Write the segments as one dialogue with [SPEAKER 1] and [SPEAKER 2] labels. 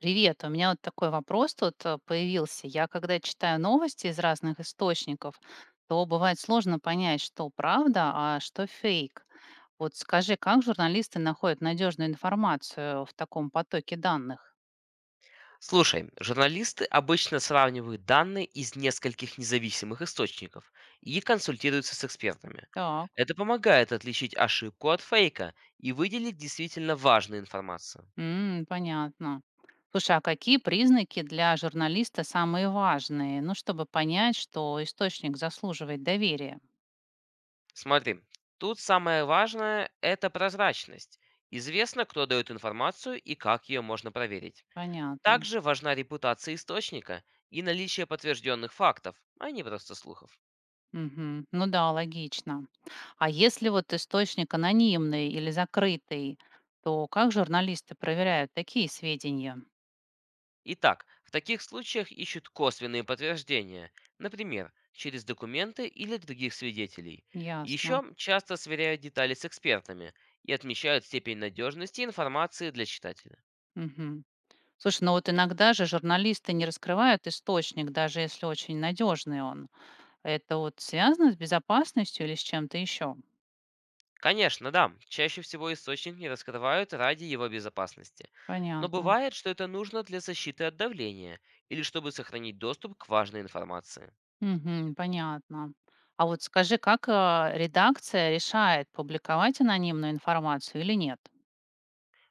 [SPEAKER 1] Привет, у меня вот такой вопрос тут появился. Я когда читаю новости из разных источников, то бывает сложно понять, что правда, а что фейк. Вот скажи, как журналисты находят надежную информацию в таком потоке данных?
[SPEAKER 2] Слушай, журналисты обычно сравнивают данные из нескольких независимых источников и консультируются с экспертами.
[SPEAKER 1] Так,
[SPEAKER 2] Это помогает отличить ошибку от фейка и выделить действительно важную информацию.
[SPEAKER 1] понятно. Слушай, а какие признаки для журналиста самые важные, ну, чтобы понять, что источник заслуживает доверия?
[SPEAKER 2] Смотри, тут самое важное– это прозрачность. Известно, кто дает информацию и как ее можно проверить.
[SPEAKER 1] Понятно.
[SPEAKER 2] Также важна репутация источника и наличие подтвержденных фактов, а не просто слухов.
[SPEAKER 1] Мгм. Ну да, логично. А если вот источник анонимный или закрытый, то как журналисты проверяют такие сведения?
[SPEAKER 2] Итак, в таких случаях ищут косвенные подтверждения, например, через документы или других свидетелей.
[SPEAKER 1] Ясно.
[SPEAKER 2] Еще часто сверяют детали с экспертами и отмечают степень надежности информации для читателя.
[SPEAKER 1] Мгм. Слушай, ну вот иногда же журналисты не раскрывают источник, даже если очень надежный он. Это вот связано с безопасностью или с чем-то еще?
[SPEAKER 2] Конечно, да, чаще всего источник не раскрывают ради его безопасности. Но
[SPEAKER 1] Понятно.
[SPEAKER 2] бывает, что это нужно для защиты от давления или чтобы сохранить доступ к важной информации.
[SPEAKER 1] Мгм, понятно. А вот скажи, как редакция решает, публиковать анонимную информацию или нет?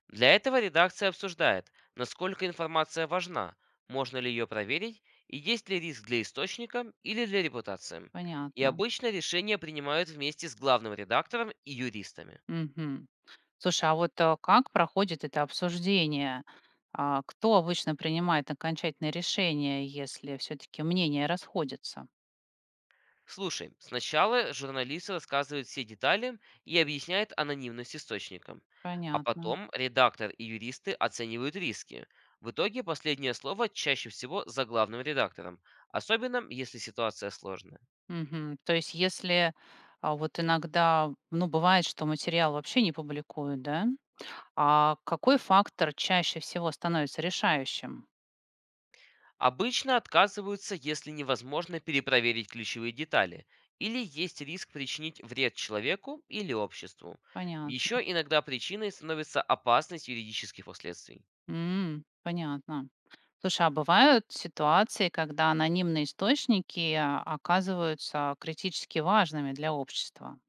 [SPEAKER 2] Для этого редакция обсуждает, насколько информация важна, можно ли ее проверить и есть ли риск для источника или для репутации. И
[SPEAKER 1] Понятно.
[SPEAKER 2] обычно решения принимают вместе с главным редактором и юристами.
[SPEAKER 1] Мгм. Слушай, а вот, как проходит это обсуждение? Кто обычно принимает окончательное решение, если все таки мнения расходятся?
[SPEAKER 2] Слушай, сначала журналисты рассказывают все детали и объясняют анонимность источника. А
[SPEAKER 1] Понятно.
[SPEAKER 2] потом редактор и юристы оценивают риски. В итоге последнее слово чаще всего за главным редактором, особенно если ситуация сложная.
[SPEAKER 1] Мгм. То есть если, а, вот иногда, ну, бывает, что материал вообще не публикуют, да? А какой фактор чаще всего становится решающим?
[SPEAKER 2] Обычно отказываются, если невозможно перепроверить ключевые детали или есть риск причинить вред человеку или обществу. Еще
[SPEAKER 1] Понятно.
[SPEAKER 2] иногда причиной становится опасность юридических последствий.
[SPEAKER 1] Понятно. Слушай, а бывают ситуации, когда анонимные источники оказываются критически важными для общества?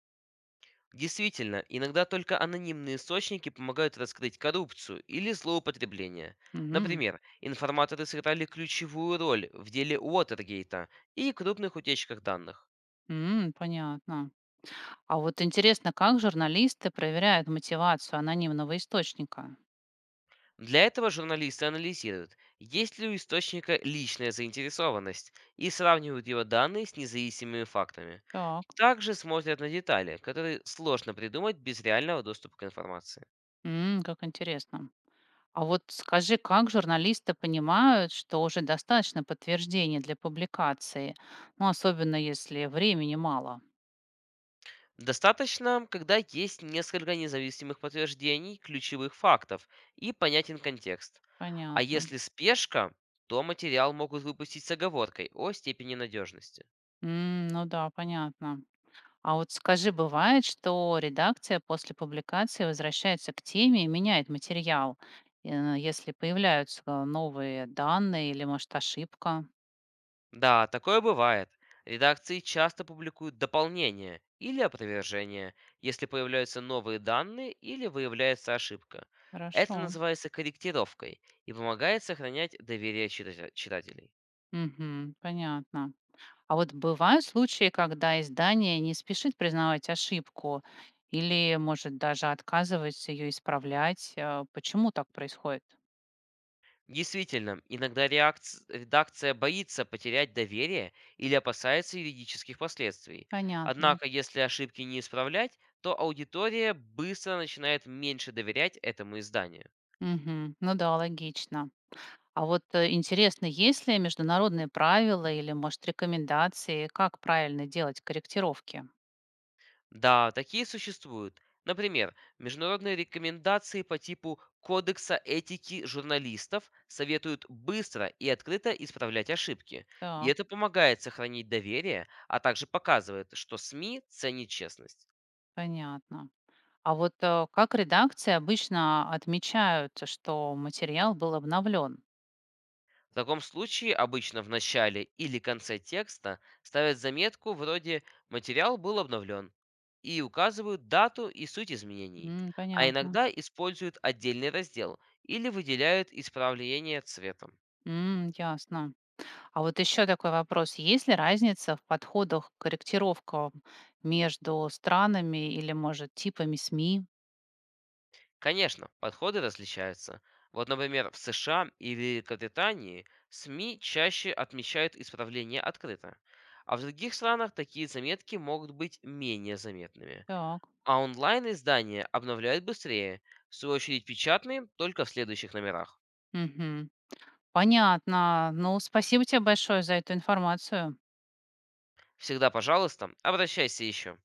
[SPEAKER 2] Действительно, иногда только анонимные источники помогают раскрыть коррупцию или злоупотребление.
[SPEAKER 1] Мгм.
[SPEAKER 2] Например, информаторы сыграли ключевую роль в деле Уотергейта и крупных утечках данных.
[SPEAKER 1] Понятно. А вот интересно, как журналисты проверяют мотивацию анонимного источника?
[SPEAKER 2] Для этого журналисты анализируют, есть ли у источника личная заинтересованность, и сравнивают его данные с независимыми фактами.
[SPEAKER 1] Так,
[SPEAKER 2] Также смотрят на детали, которые сложно придумать без реального доступа к информации.
[SPEAKER 1] Как интересно. А вот скажи, как журналисты понимают, что уже достаточно подтверждений для публикации, ну, особенно если времени мало?
[SPEAKER 2] Достаточно, когда есть несколько независимых подтверждений ключевых фактов и понятен контекст. А
[SPEAKER 1] Понятно.
[SPEAKER 2] если спешка, то материал могут выпустить с оговоркой о степени надежности.
[SPEAKER 1] Ну да, понятно. А вот скажи, бывает, что редакция после публикации возвращается к теме и меняет материал, если появляются новые данные или, может, ошибка?
[SPEAKER 2] Да, такое бывает. Редакции часто публикуют дополнения или опровержения, если появляются новые данные или выявляется ошибка. Это
[SPEAKER 1] Хорошо.
[SPEAKER 2] называется корректировкой и помогает сохранять доверие читателей.
[SPEAKER 1] Мгм. Понятно. А вот бывают случаи, когда издание не спешит признавать ошибку или, может, даже отказывается ее исправлять. Почему так происходит?
[SPEAKER 2] Действительно, иногда редакция боится потерять доверие или опасается юридических последствий.
[SPEAKER 1] Понятно.
[SPEAKER 2] Однако, если ошибки не исправлять, то аудитория быстро начинает меньше доверять этому изданию.
[SPEAKER 1] Мгм. Ну да, логично. А вот интересно, есть ли международные правила или, может, рекомендации, как правильно делать корректировки?
[SPEAKER 2] Да, такие существуют. Например, международные рекомендации по типу Кодекса этики журналистов советуют быстро и открыто исправлять ошибки. И
[SPEAKER 1] Так,
[SPEAKER 2] это помогает сохранить доверие, а также показывает, что СМИ ценит честность.
[SPEAKER 1] понятно. А вот как редакции обычно отмечают, что материал был обновлен?
[SPEAKER 2] В таком случае обычно в начале или конце текста ставят заметку вроде «материал был обновлен» и указывают дату и суть изменений, а
[SPEAKER 1] Понятно.
[SPEAKER 2] иногда используют отдельный раздел или выделяют исправление цветом.
[SPEAKER 1] Ясно. А вот еще такой вопрос. Есть ли разница в подходах к корректировкам между странами или, может, типами СМИ?
[SPEAKER 2] Конечно, подходы различаются. Вот, например, в США и Великобритании СМИ чаще отмечают исправления открыто, а в других странах такие заметки могут быть менее заметными.
[SPEAKER 1] Так.
[SPEAKER 2] А онлайн-издания обновляют быстрее, в свою очередь печатные только в следующих номерах.
[SPEAKER 1] Мгм. Понятно. Ну, спасибо тебе большое за эту информацию.
[SPEAKER 2] Всегда, пожалуйста, обращайся еще.